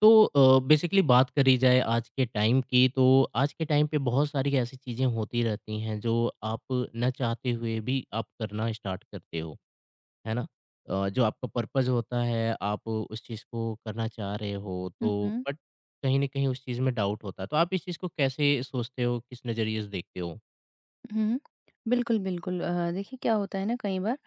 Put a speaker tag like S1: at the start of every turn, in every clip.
S1: तो बेसिकली बात करी जाए आज के टाइम की तो आज के टाइम पे बहुत सारी ऐसी चीज़ें होती रहती हैं जो आप न चाहते हुए भी आप करना स्टार्ट करते हो, है ना? जो आपका पर्पस होता है आप उस चीज़ को करना चाह रहे हो
S2: हुँ,
S1: तो
S2: हुँ।
S1: बट कहीं न कहीं उस चीज़ में डाउट होता है। तो आप इस चीज़ को कैसे सोचते हो, किस नज़रिए से देखते हो?
S2: हुँ, बिल्कुल, बिल्कुल देखिए क्या होता है ना कई बार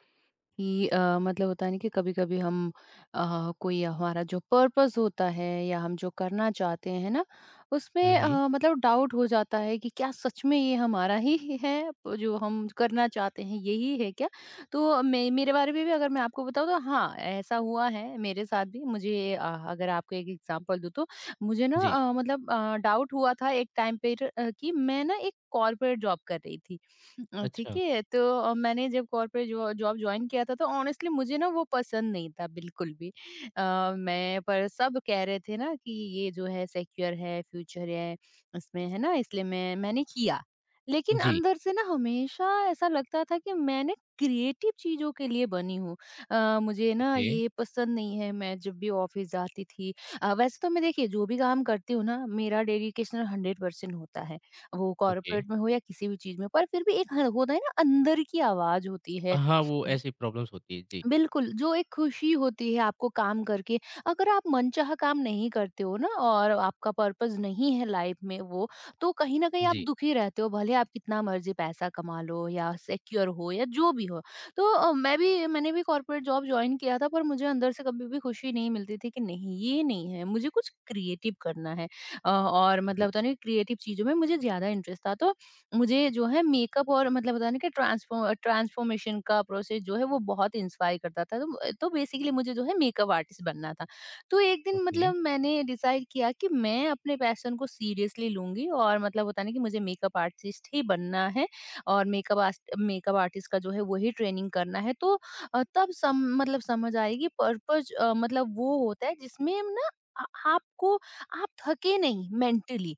S2: कि मतलब होता है ना कि कभी-कभी हम कोई हमारा जो पर्पस होता है या हम जो करना चाहते हैं ना
S1: हुँ,
S2: उसमें
S1: हुँ।
S2: मतलब डाउट हो जाता है कि क्या सच में ये हमारा ही है जो हम करना चाहते हैं यही है क्या। तो मेरे बारे में भी अगर मैं आपको बताऊँ तो हाँ, ऐसा हुआ है मेरे साथ भी। मुझे अगर आपको एक एग्जांपल दूँ तो मुझे ना
S1: जी,
S2: मतलब डाउट हुआ था एक टाइम पे। कि मैं ना एक कॉर्पोरेट जॉब कर रही थी। ठीक
S1: अच्छा।
S2: है, तो मैंने जब कॉर्पोरेट जॉ जॉब जॉइन किया था, तो ऑनेस्टली मुझे ना वो पसंद नहीं था बिल्कुल भी। अ, मैं पर सब कह रहे थे ना कि ये जो है सिक्योर है, फ्यूचर है इसमें, है ना? इसलिए मैंने किया। लेकिन
S1: जी,
S2: अंदर से ना हमेशा ऐसा लगता था कि मैं ना क्रिएटिव चीज़ों के लिए बनी हूँ। मुझे ना
S1: ओके,
S2: ये पसंद नहीं है, मैं जब भी ऑफ़िस जाती थी वैसे तो मैं, देखिए, जो भी काम करती हूँ ना, मेरा डेडिकेशन 100% होता है। वो
S1: ओके।
S2: कॉर्पोरेट में हो या किसी भी चीज़ में, पर फिर भी एक ह होता है ना, अंदर की आवाज़ होती है।
S1: हाँ, वो
S2: उम,
S1: ऐसी प्रॉब्लम्स होती है। जी,
S2: बिल्कुल, जो एक खुशी होती है आपको काम करके। अगर आप मनचाहा काम नहीं करते हो ना और आपका पर्पस नहीं है लाइफ में वो, तो कहीं न कहीं आप
S1: जी,
S2: दुखी रहते हो, भले आप कितना मर्ज़ी पैसा कमा लो या सिक्योर हो या जो भी हो। तो मैंने भी कॉर्पोरेट जॉब जॉइन किया था, पर मुझे अंदर से कभी भी खुशी नहीं मिलती थी कि नहीं, ये नहीं है, मुझे कुछ क्रिएटिव करना है। और मतलब
S1: जी,
S2: होता है ना, क्रिएटिव चीज़ों में मुझे ज़्यादा इंटरेस्ट था, तो मुझे जो है मेकअप और मतलब होता है ना कि ट्रांसफॉर्मेशन का प्रोसेस जो है वो बहुत इंस्पायर करता था, तो बेसिकली मुझे जो है मेकअप आर्टिस्ट बनना था। तो एक दिन,
S1: ओके।
S2: मतलब, मैंने डिसाइड किया कि मैं अपने पैशन को सीरियसली लूंगी और मतलब होता है ना कि मुझे मेकअप आर्टिस्ट ही बनना है और मेकअप मेकअप आर्टिस्ट का जो है वही ट्रेनिंग करना है तो। तब सम मतलब समझ आएगी, पर्पज मतलब वो होता है जिसमें ना आ- आपको आप थके नहीं मेंटली,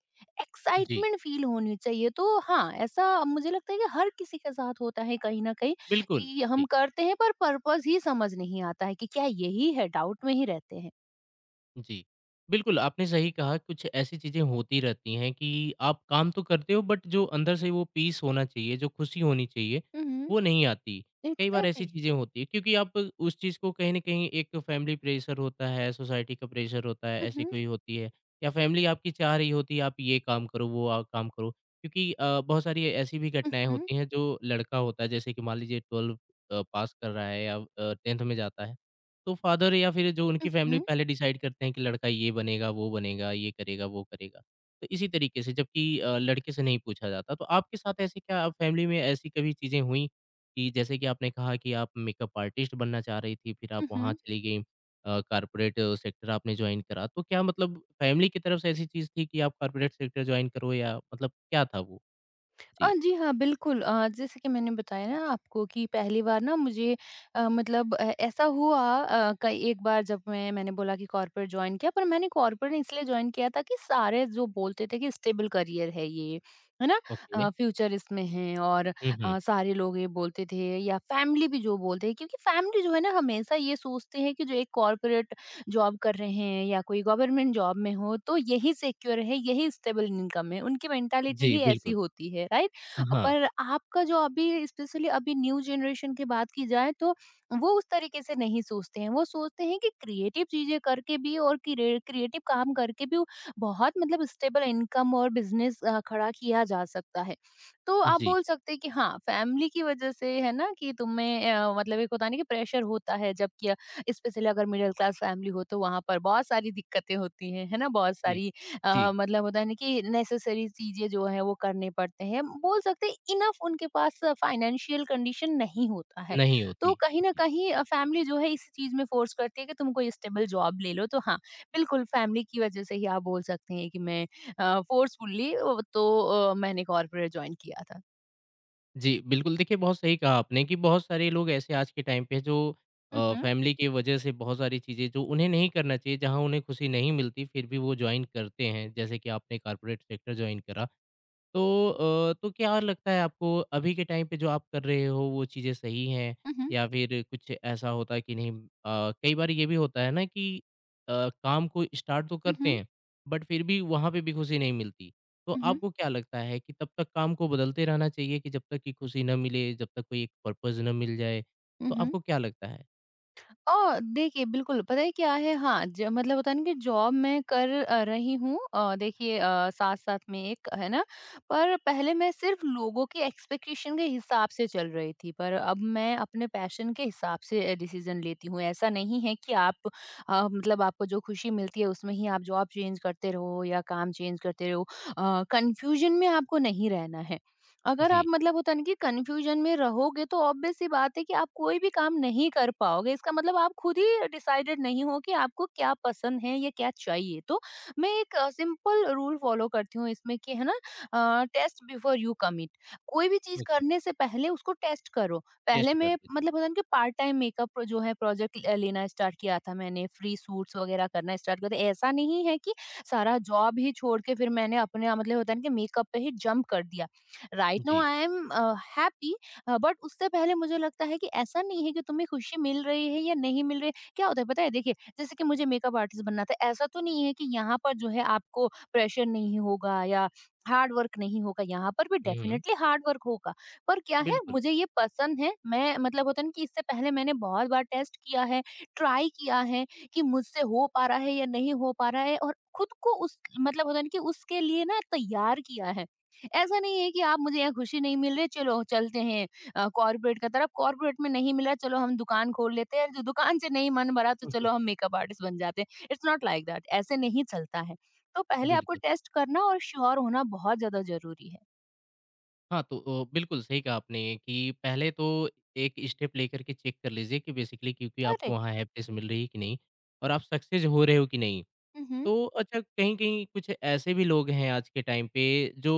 S1: जी,
S2: एक्साइटमेंट फील होनी चाहिए। तो हाँ, ऐसा मुझे लगता है कि हर किसी के साथ होता है कहीं न कहीं,
S1: बिल्कुल।
S2: कि हम
S1: जी।
S2: करते हैं पर पर्पज़ ही समझ नहीं आता है कि क्या यही है? डाउट में ही रहते हैं।
S1: जी। बिल्कुल, आपने सही कहा कुछ ऐसी चीज़ें होती रहती हैं कि आप काम तो करते हो बट जो अंदर से वो पीस होना चाहिए, जो खुशी होनी चाहिए,
S2: हुँ, हुँ।
S1: वो नहीं आती। कई बार ऐसी
S2: एग्ज़ैक्टली।
S1: चीज़ें होती हैं क्योंकि आप उस चीज़ को कहीं न कहीं एक फैमिली प्रेशर होता है, सोसाइटी का प्रेशर होता है,
S2: हुँ,
S1: ऐसी
S2: हुँ।
S1: कोई होती है या फैमिली आपकी चाह रही होती है आप ये काम करो, वो आ काम करो। क्योंकि बहुत सारी ऐसी भी
S2: हुँ,
S1: घटनाएँ
S2: हुँ।
S1: होती हैं जो लड़का होता है जैसे कि मान लीजिए 12 पास कर रहा है या 10th में जाता है। तो फादर या फिर जो उनकी
S2: हुँ,
S1: फैमिली
S2: हुँ।
S1: पहले डिसाइड करते हैं कि लड़का ये बनेगा, वो बनेगा, ये करेगा, वो करेगा। तो इसी तरीके से जबकि लड़के से नहीं पूछा जाता। तो आपके साथ ऐसे क्या फैमिली में ऐसी कभी चीज़ें हुई कि जैसे कि आपने कहा कि आप मेकअप आर्टिस्ट बनना चाह रही थी, फिर आप
S2: हुँ,
S1: वहाँ
S2: हुँ।
S1: चली गई कॉर्पोरेट सेक्टर आपने जॉइन करा। तो क्या मतलब फैमिली की तरफ से ऐसी चीज़ थी कि आप कॉर्पोरेट सेक्टर जॉइन करो या मतलब क्या था वो? जी,
S2: जी हाँ, बिल्कुल। जैसे कि मैंने बताया ना आपको, कि पहली बार ना मुझे मतलब ऐसा हुआ कई एक बार, जब मैंने बोला कि कॉर्पोरेट जॉइन किया। पर मैंने कॉर्पोरेट इसलिए जॉइन किया था कि सारे जो बोलते थे कि स्टेबल करियर है ये, है ना?
S1: ओके।
S2: फ्यूचर इसमें है, और
S1: हुँ, हुँ।
S2: सारे लोग ये बोलते थे या फैमिली भी जो बोलते हैं, क्योंकि फैमिली जो है ना हमेशा ये सोचते हैं कि जो एक कॉर्पोरेट जॉब कर रहे हैं या कोई गवर्नमेंट जॉब में हो, तो यही सिक्योर है, यही स्टेबल इनकम है, उनकी मेंटालिटी
S1: जी,
S2: ही ऐसी
S1: बिल्कुल।
S2: होती है, राइट?
S1: हाँ,
S2: पर आपका जो अभी, स्पेशली अभी न्यू जनरेशन की बात की जाए तो, वो उस तरीके से नहीं सोचते हैं। वो सोचते हैं कि क्रिएटिव चीजें करके भी और क्रिएटिव काम करके भी बहुत, मतलब, स्टेबल इनकम और बिजनेस खड़ा किया जा सकता है। तो आप
S1: जी,
S2: बोल सकते हैं कि हाँ, फैमिली की वजह से है ना कि तुम्हें मतलब एक होता नहीं कि प्रेशर होता है, जबकि स्पेशली अगर मिडिल क्लास फैमिली हो तो वहां पर बहुत सारी दिक्कतें होती हैं, है ना, बहुत
S1: जी,
S2: सारी
S1: जी।
S2: मतलब होता है ना कि नेसेसरी चीजें जो है वो करने पड़ते हैं, बोल सकते हैं इनफ उनके पास फाइनेंशियल कंडीशन नहीं होता है।
S1: नहीं
S2: तो
S1: होती।
S2: कहीं ना
S1: जी।
S2: कहीं फैमिली जो है इस चीज में फोर्स करती है कि तुम कोई स्टेबल जॉब ले लो, तो हाँ, बिल्कुल फैमिली की वजह से ही आप बोल सकते हैं कि मैं फोर्सफुल्ली, तो मैंने कॉर्पोरेट ज्वाइन किया था।
S1: जी, बिल्कुल, देखिए बहुत सही कहा आपने कि बहुत सारे लोग ऐसे आज के टाइम पे जो
S2: हम्म।
S1: फैमिली की वजह से बहुत सारी चीज़ें जो उन्हें नहीं करना चाहिए, जहाँ उन्हें खुशी नहीं मिलती, फिर भी वो जॉइन करते हैं। जैसे कि आपने कॉर्पोरेट सेक्टर जॉइन करा। तो तो क्या लगता है आपको अभी के टाइम पे जो आप कर रहे हो वो चीज़ें सही हैं
S2: हम्म।
S1: या फिर कुछ ऐसा होता है कि नहीं कई बार ये भी होता है ना कि काम को स्टार्ट तो करते
S2: हम्म।
S1: हैं बट फिर भी वहाँ पे भी खुशी नहीं मिलती। तो
S2: हम्म।
S1: आपको क्या लगता है कि तब तक काम को बदलते रहना चाहिए कि जब तक कि खुशी ना मिले, जब तक कोई एक पर्पज़ ना मिल जाए? तो
S2: हम्म।
S1: आपको क्या लगता है?
S2: ओह! देखिए, बिल्कुल, पता है क्या है, हाँ, ज मतलब होता है ना कि जॉब मैं कर रही हूँ, देखिए, साथ-साथ में एक है ना, पर पहले मैं सिर्फ़ लोगों के एक्सपेक्टेशन के हिसाब से चल रही थी, पर अब मैं अपने पैशन के हिसाब से डिसीज़न लेती हूँ। ऐसा नहीं है कि आप मतलब आपको जो खुशी मिलती है, उसमें ही आप जॉब चेंज करते रहो या काम चेंज करते रहो। कन्फ्यूज़न में आपको नहीं रहना है। अगर आप,
S1: जी,
S2: मतलब होता है ना कि, कन्फ्यूजन में रहोगे, तो ऑब्वियस सी बात है कि आप कोई भी काम नहीं कर पाओगे। इसका मतलब आप खुद ही डिसाइडेड नहीं हो कि आपको क्या पसंद है या क्या चाहिए। तो मैं एक सिंपल रूल फ़ॉलो करती हूँ इसमें, कि है ना, टेस्ट बिफोर यू कमिट। कोई भी चीज़
S1: ओके,
S2: करने से पहले उसको टेस्ट करो।
S1: टेस्ट
S2: पहले
S1: कर
S2: मैं,
S1: लीजिए।
S2: मतलब होता है ना कि, पार्ट टाइम मेकअप जो है प्रोजेक्ट लेना स्टार्ट किया था मैंने, फ्री सूट्स वग़ैरह करना स्टार्ट किया था। ऐसा नहीं है कि सारा जॉब ही छोड़ के फिर मैंने अपने, मतलब होता है ना कि, मेकअप पे ही जंप कर दिया। राइट नाउ
S1: जी,
S2: आई एम हैप्पी, बट उससे पहले मुझे लगता है कि ऐसा नहीं है कि तुम्हें खुशी मिल रही है या नहीं मिल रही है। क्या होता है, पता है, देखिए, जैसे कि मुझे मेकअप आर्टिस्ट बनना था, ऐसा तो नहीं है कि यहाँ पर जो है आपको प्रेशर नहीं होगा या हार्ड वर्क नहीं होगा, यहाँ पर भी
S1: हुँ, हुँ,
S2: डेफिनेटली हार्ड वर्क होगा। पर क्या है,
S1: बिल्कुल,
S2: मुझे ये पसंद है। मैं, मतलब होता है ना कि, इससे पहले मैंने बहुत बार टेस्ट किया है, ट्राई किया है, कि मुझसे हो पा रहा है या नहीं हो पा रहा है, और खुद को उस, मतलब होता है ना कि, उसके लिए ना तैयार किया है। ऐसा नहीं है कि आप, मुझे यहाँ खुशी नहीं मिल रही, चलो चलते हैं कॉर्पोरेट की तरफ, कॉर्पोरेट में नहीं मिला, चलो हम दुकान खोल लेते हैं, जो दुकान से नहीं मन भरा तो चलो हम मेकअप आर्टिस्ट बन जाते हैं। इट्स नॉट लाइक दैट, ऐसे नहीं चलता है। तो पहले आपको
S1: बिल्कुल।
S2: टेस्ट करना और श्योर होना बहुत ज्यादा जरूरी है।
S1: हाँ, तो बिल्कुल सही कहा आपने कि पहले तो एक स्टेप लेकर के चेक कर लीजिए कि बेसिकली क्योंकि आपको
S2: करेक्ट।
S1: वहाँ हैप्पीनेस मिल रही है कि नहीं और आप सक्सेस हो रहे हो कि नहीं।
S2: हम्म।
S1: तो अच्छा कहीं-कहीं कुछ ऐसे भी लोग हैं आज के टाइम पे जो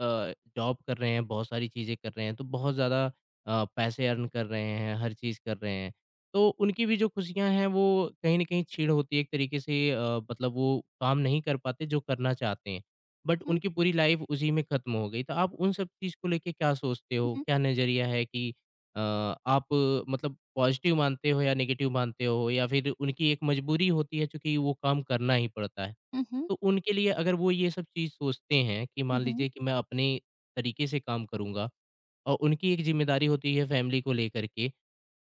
S1: जॉब कर रहे हैं, बहुत सारी चीज़ें कर रहे हैं, तो बहुत ज़्यादा पैसे अर्न कर रहे हैं, हर चीज़ कर रहे हैं। तो उनकी भी जो खुशियाँ हैं वो कहीं न कहीं छीड़ होती है एक तरीके से मतलब वो काम नहीं कर पाते जो करना चाहते हैं। But
S2: hmm.
S1: उनकी पूरी लाइफ़ उसी में खत्म हो गई। तो आप उन सब चीज़ को लेके क्या सोचते हो?
S2: हम्म।
S1: क्या नज़रिया है कि अ, आप मतलब पॉजिटिव मानते हो या नेगेटिव मानते हो या फिर उनकी एक मजबूरी होती है चूँकि वो काम करना ही पड़ता है।
S2: हम्म।
S1: तो उनके लिए अगर वो ये सब चीज़ सोचते हैं कि मान
S2: हम्म।
S1: लीजिए कि मैं अपने तरीके से काम करूँगा और उनकी एक ज़िम्मेदारी होती है फैमिली को लेकर के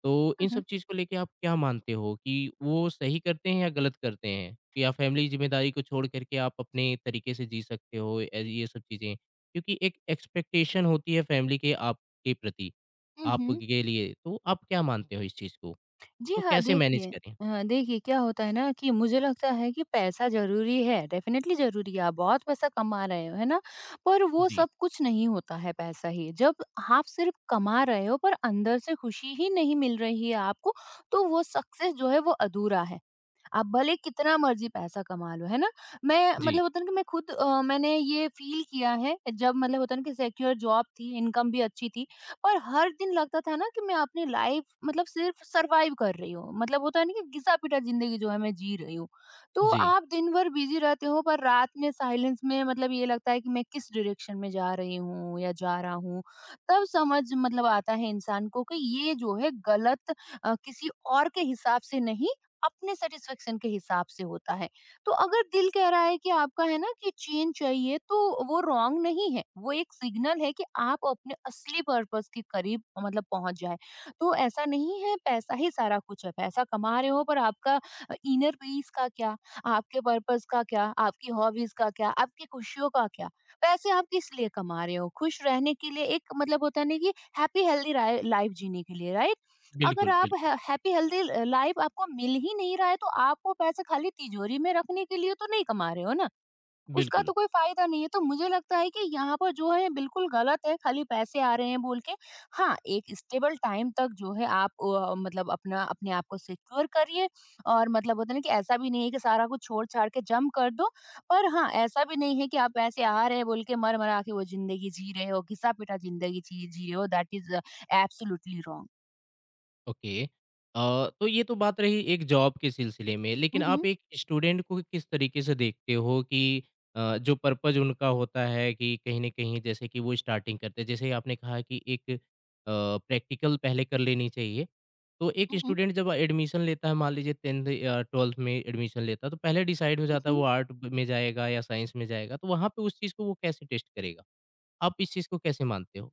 S1: तो इन
S2: हम्म।
S1: सब चीज़ को लेके आप क्या मानते हो कि वो सही करते हैं या गलत करते हैं? या फैमिली ज़िम्मेदारी को छोड़ कर के आप अपने तरीके से जी सकते हो ये सब चीज़ें? क्योंकि एक एक्सपेक्टेशन होती है फैमिली के आपके प्रति,
S2: हम्म।
S1: आपके लिए, तो आप क्या मानते हो इस चीज़ को?
S2: जी
S1: तो
S2: हाँ,
S1: कैसे मैनेज
S2: देखिए,
S1: करें?
S2: अ, देखिए क्या होता है ना, कि मुझे लगता है कि पैसा ज़रूरी है, डेफ़िनेटली ज़रूरी है, आप बहुत पैसा कमा रहे हो, है ना? पर वो
S1: जी,
S2: सब कुछ नहीं होता है पैसा ही, जब आप सिर्फ़ कमा रहे हो पर अंदर से खुशी ही नहीं मिल रही है आपको, तो वो सक्सेस जो है वो अधूरा है। आप भले कितना मर्ज़ी पैसा कमा लो, है ना? मैं,
S1: जी,
S2: मतलब होता है ना कि, मैं खुद, मैंने ये फ़ील किया है जब, मतलब होता है ना कि, सिक्योर जॉब थी, इनकम भी अच्छी थी, और हर दिन लगता था ना कि मैं अपनी लाइफ़, मतलब, सिर्फ़ सर्वाइव कर रही हूँ। मतलब होता है ना कि घिसा-पिटा ज़िंदगी जो है मैं जी रही हूँ। तो
S1: जी।
S2: आप दिन भर बिज़ी रहते हो पर रात में साइलेंस में, मतलब, ये लगता है कि मैं किस डायरेक्शन में जा रही हूँ या जा रहा हूँ, तब समझ, मतलब, आता है इंसान को कि ये जो है गलत, किसी और के हिसाब से नहीं, अपने सेटिस्फेक्शन के हिसाब से होता है। तो अगर दिल कह रहा है कि आपका, है ना कि, चेंज चाहिए, तो वो रॉन्ग नहीं है, वो एक सिग्नल है कि आप अपने असली पर्पस के करीब, मतलब, पहुंच जाए। तो ऐसा नहीं है पैसा ही सारा कुछ है, पैसा कमा रहे हो पर आपका इनर पीस का क्या, आपके पर्पस का क्या, आपकी हॉबीज का क्या, आपकी खुशियों का क्या? पैसे आप किस लिए कमा रहे हो? खुश रहने के लिए, एक, मतलब, होता नहीं कि हैप्पी हेल्दी लाइफ जीने के लिए, राइट? अगर
S1: बिल्कुल, बिल्कुल,
S2: हैप्पी हेल्दी लाइफ आपको मिल ही नहीं रहा है, तो आप वो पैसे खाली तिजोरी में रखने के लिए तो नहीं कमा रहे हो ना। उसका
S1: बिल्कुल।
S2: तो कोई फायदा नहीं है। तो मुझे लगता है कि यहाँ पर जो है बिल्कुल गलत है, खाली पैसे आ रहे हैं बोल के। हाँ, एक स्टेबल टाइम तक जो है आप, मतलब, अपना अपने आप को सिक्योर करिए, और, मतलब होता है ना कि, ऐसा भी नहीं है कि सारा कुछ छोड़ छाड़ के जम कर दो। पर हाँ, ऐसा भी नहीं है कि आप पैसे आ रहे हैं बोल के मर मरा के वो जिंदगी जी रहे हो, घिसा पिटा जिंदगी जी जी रहे हो। दैट इज एब्सोल्युटली
S1: ओके तो ये तो बात रही एक जॉब के सिलसिले में, लेकिन आप
S2: रॉन्ग।
S1: एक स्टूडेंट को किस तरीके से देखते हो कि जो पर्पज़ उनका होता है कि कहीं न कहीं जैसे कि वो स्टार्टिंग करते हैं, जैसे आपने कहा कि एक प्रैक्टिकल पहले कर लेनी चाहिए। तो एक स्टूडेंट जब एडमिशन लेता है, मान लीजिए 10th या 12th में एडमिशन लेता है, तो पहले डिसाइड हो जाता है वो
S2: हुँ।
S1: आर्ट में जाएगा या साइंस में जाएगा, तो वहाँ पे उस चीज़ को वो कैसे टेस्ट करेगा? आप इस चीज़ को कैसे मानते हो?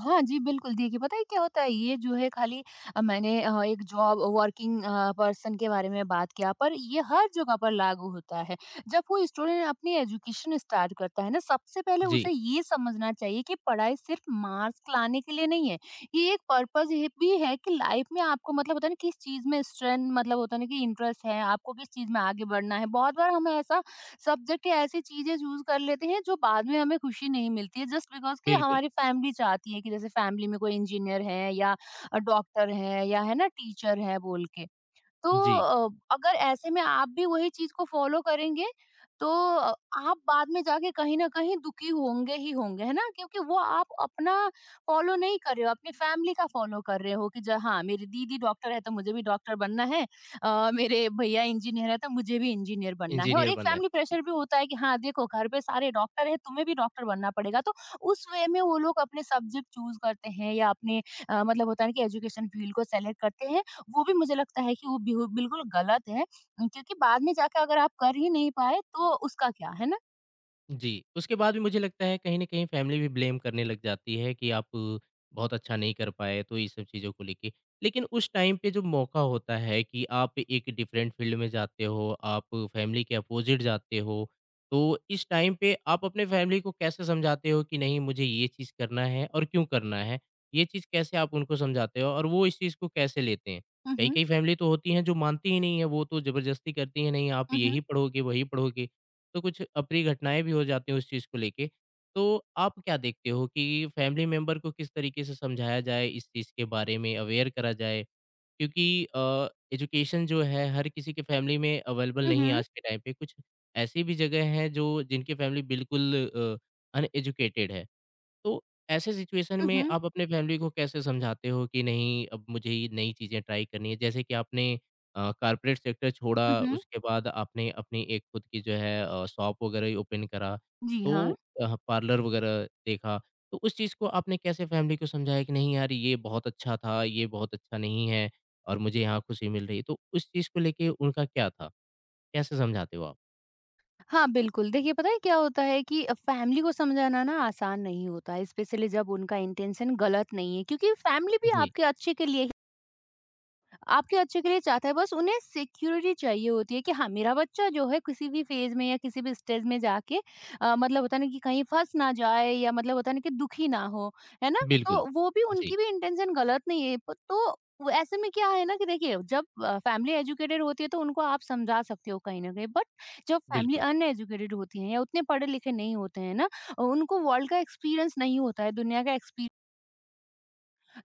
S2: हाँ जी, बिल्कुल, देखिए, पता है क्या होता है ये जो है खाली मैंने एक जॉब वर्किंग पर्सन के बारे में बात किया, पर ये हर जगह पर लागू होता है। जब कोई स्टूडेंट अपनी एजुकेशन स्टार्ट करता है ना, सबसे पहले
S1: जी,
S2: उसे ये समझना चाहिए कि पढ़ाई सिर्फ मार्क्स लाने के लिए नहीं है। ये एक पर्पज़ ये भी है कि लाइफ में आपको, मतलब होता है ना, किस चीज़ में स्ट्रेंथ, मतलब होता है ना कि इंटरेस्ट है, आपको किस चीज़ में आगे बढ़ना है। बहुत बार हमें ऐसा सब्जेक्ट या ऐसी चीजें चूज कर लेते हैं जो बाद में हमें खुशी नहीं मिलती है, जस्ट बिकॉज कि
S1: बिल्कुल।
S2: हमारी फैमिली चाहती है कि जैसे फैमिली में कोई इंजीनियर है या डॉक्टर है या है ना, टीचर है बोल के। तो
S1: जी,
S2: अगर ऐसे में आप भी वही चीज़ को फॉलो करेंगे तो अ, आप बाद में जाके कहीं न कहीं दुखी होंगे ही होंगे, है ना? क्योंकि वो आप अपना फॉलो नहीं कर रहे हो, अपनी फैमिली का फॉलो कर रहे हो कि ज हाँ, मेरी दीदी डॉक्टर है तो मुझे भी डॉक्टर बनना है, मेरे भैया इंजीनियर है तो मुझे भी इंजीनियर बनना है। और
S1: इंजीनियर
S2: एक
S1: बनना
S2: फैमिली
S1: है।
S2: प्रेशर भी होता है कि हाँ, देखो घर पे सारे डॉक्टर हैं, तुम्हें भी डॉक्टर बनना पड़ेगा। तो उस वे में वो लोग अपने सब्जेक्ट चूज़ करते हैं या अपने मतलब होता है ना कि एजुकेशन फ़ील्ड को सेलेक्ट करते हैं। वो भी मुझे लगता है कि वो बिहु बिल्कुल गलत है, क्योंकि बाद में जाके अगर आप कर ही नहीं पाए तो उसका क्या, है ना?
S1: जी, उसके बाद भी मुझे लगता है कहीं न कहीं फैमिली भी ब्लेम करने लग जाती है कि आप बहुत अच्छा नहीं कर पाए, तो ये सब चीज़ों को लेके। लेकिन उस टाइम पे जो मौका होता है कि आप एक डिफरेंट फ़ील्ड में जाते हो, आप फैमिली के अपोज़िट जाते हो, तो इस टाइम पे आप अपने फैमिली को कैसे समझाते हो कि नहीं मुझे ये चीज़ करना है और क्यों करना है? ये चीज़ कैसे आप उनको समझाते हो और वो इस चीज़ को कैसे लेते हैं?
S2: उहुँ।
S1: कई-कई फैमिली तो होती हैं जो मानती ही नहीं है, वो तो ज़बरदस्ती करती है, नहीं आप
S2: उहुँ।
S1: यही पढ़ोगे, वही पढ़ोगे। तो कुछ अप्रिय घटनाएँ भी हो जाती हैं उस चीज़ को लेके। तो आप क्या देखते हो कि फैमिली मेंबर को किस तरीके से समझाया जाए इस चीज़ के बारे में, अवेयर करा जाए? क्योंकि एजुकेशन जो है हर किसी के फैमिली में अवेलेबल नहीं है
S2: उहुँ।
S1: आज के टाइम पे। कुछ ऐसी भी जगह हैं जो जिनकी फैमिली बिल्कुल अनएजुकेटेड है। तो ऐसे सिचुएशन में
S2: उहुँ।
S1: आप अपने फैमिली को कैसे समझाते हो कि नहीं अब मुझे ये नई चीज़ें ट्राई करनी है? जैसे कि आपने कॉर्पोरेट सेक्टर छोड़ा
S2: उहुँ।
S1: उसके बाद आपने अपनी एक खुद की जो है शॉप वगैरह ही ओपन करा,
S2: जी, हाँ।
S1: तो पार्लर वगैरह देखा, तो उस चीज़ को आपने कैसे फैमिली को समझाया कि नहीं यार ये बहुत अच्छा था, ये बहुत अच्छा नहीं है और मुझे यहाँ खुशी मिल रही है? तो उस चीज़ को लेके उनका क्या था? कैसे समझाते हो आप?
S2: हाँ, बिल्कुल। देखिए, पता है क्या होता है कि फैमिली को समझाना ना आसान नहीं होता है, स्पेशली जब उनका इंटेंशन गलत नहीं है, क्योंकि फैमिली भी
S1: जी,
S2: आपके अच्छे के लिए आपके अच्छे के लिए चाहता है। बस उन्हें सिक्योरिटी चाहिए होती है कि हाँ, मेरा बच्चा जो है किसी भी फ़ेज़ में या किसी भी स्टेज में जाके मतलब होता है ना कि कहीं फँस ना जाए, या मतलब होता है ना कि दुखी ना हो, है ना?
S1: बिल्कुल।
S2: तो वो भी,
S1: जी,
S2: उनकी भी इंटेंशन गलत नहीं है। प तो वो ऐसे में क्या है ना कि देखिए, जब फैमिली एजुकेटेड होती है तो उनको आप समझा सकते हो कहीं न कहीं, बट जब फैमिली
S1: बिल्कुल।
S2: अनएजुकेटेड होती है या उतने पढ़े-लिखे नहीं होते हैं ना, उनको वर्ल्ड का एक्सपीरियंस नहीं होता है,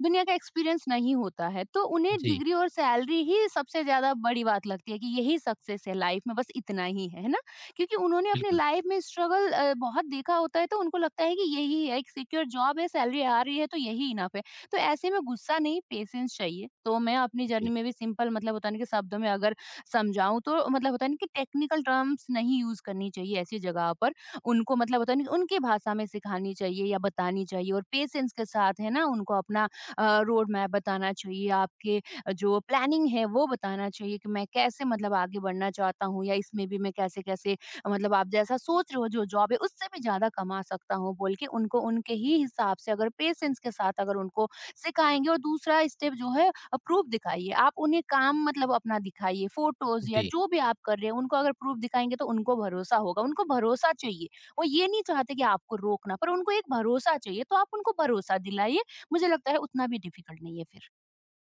S2: दुनिया का एक्सपीरियंस नहीं होता है, तो उन्हें
S1: जी,
S2: डिग्री और सैलरी ही सबसे ज्यादा बड़ी बात लगती है कि यही सक्सेस है लाइफ में, बस इतना ही है ना। क्योंकि उन्होंने अपने
S1: बिल्कुल।
S2: लाइफ में स्ट्रगल बहुत देखा होता है, तो उनको लगता है कि यही है, एक सिक्योर जॉब है, सैलरी आ रही है, तो यही इनफ है। तो ऐसे में गुस्सा नहीं, पेशेंस चाहिए। तो मैं अपनी जर्नी
S1: जी,
S2: में भी सिंपल मतलब, होता नहीं कि शब्दों में अगर समझाऊं, तो मतलब होता नहीं कि टेक्निकल टर्म्स नहीं यूज करनी चाहिए ऐसी जगह पर। उनको मतलब होता नहीं कि उनकी भाषा में सिखानी चाहिए या बतानी चाहिए, और पेशेंस के साथ, है ना, उनको अपना रोड मैप बताना चाहिए, आपके जो प्लानिंग है वो बताना चाहिए कि मैं कैसे, मतलब आगे बढ़ना चाहता हूँ, या इसमें भी मैं कैसे-कैसे, मतलब आप जैसा सोच रहे हो जो जॉब है उससे भी ज़्यादा कमा सकता हूँ, बोल के उनको उनके ही हिसाब से अगर पेशेंस के साथ अगर उनको सिखाएँगे। और दूसरा स्टेप जो है, प्रूफ दिखाइए। आप उन्हें काम मतलब अपना दिखाइए, फोटोज़ या
S1: जी।
S2: जो भी आप कर रहे हो, उनको अगर प्रूफ दिखाएँगे तो उनको भरोसा होगा, उनको भरोसा चाहिए। वो ये नहीं चाहते कि आपको रोकना, पर उनको एक भरोसा चाहिए, तो आप उनको भरोसा दिलाइए। मुझे लगता है उतना भी डिफिकल्ट नहीं है फिर।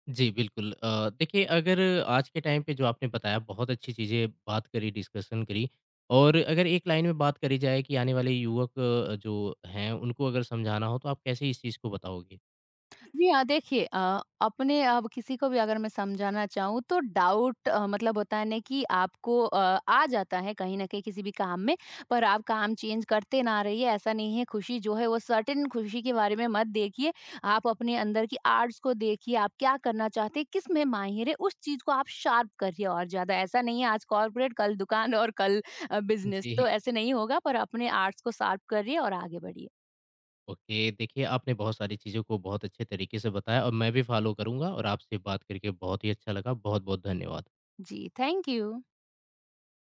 S1: जी, बिल्कुल देखिए अगर आज के टाइम पे जो आपने बताया बहुत अच्छी चीज़ें बात करी, डिस्कशन करी और अगर एक लाइन में बात करी जाए कि आने वाले युवक जो हैं उनको अगर समझाना हो तो आप कैसे इस चीज़ को बताओगे?
S2: जी हाँ, देखिए, अपने अब किसी को भी अगर मैं समझाना चाहूँ तो डाउट, मतलब होता है ना कि आपको आ जाता है कहीं न कहीं किसी भी काम में, पर आप काम चेंज करते ना रहिए, ऐसा नहीं है। खुशी जो है वो सर्टेन खुशी के बारे में मत देखिए, आप अपने अंदर की आर्ट्स को देखिए, आप क्या करना चाहते हैं, किसमें माहिर है, उस चीज़ को आप शार्प करिए और ज़्यादा। ऐसा नहीं है आज कॉर्पोरेट, कल दुकान और कल बिज़नेस,
S1: जी।
S2: तो ऐसे नहीं होगा, पर अपने आर्ट्स को शार्प करिए और आगे बढ़िए।
S1: ओके, देखिए आपने बहुत सारी चीज़ों को बहुत अच्छे तरीके से बताया और मैं भी फ़ॉलो करूँगा और आपसे बात करके बहुत ही अच्छा लगा। बहुत-बहुत धन्यवाद।
S2: जी, थैंक यू।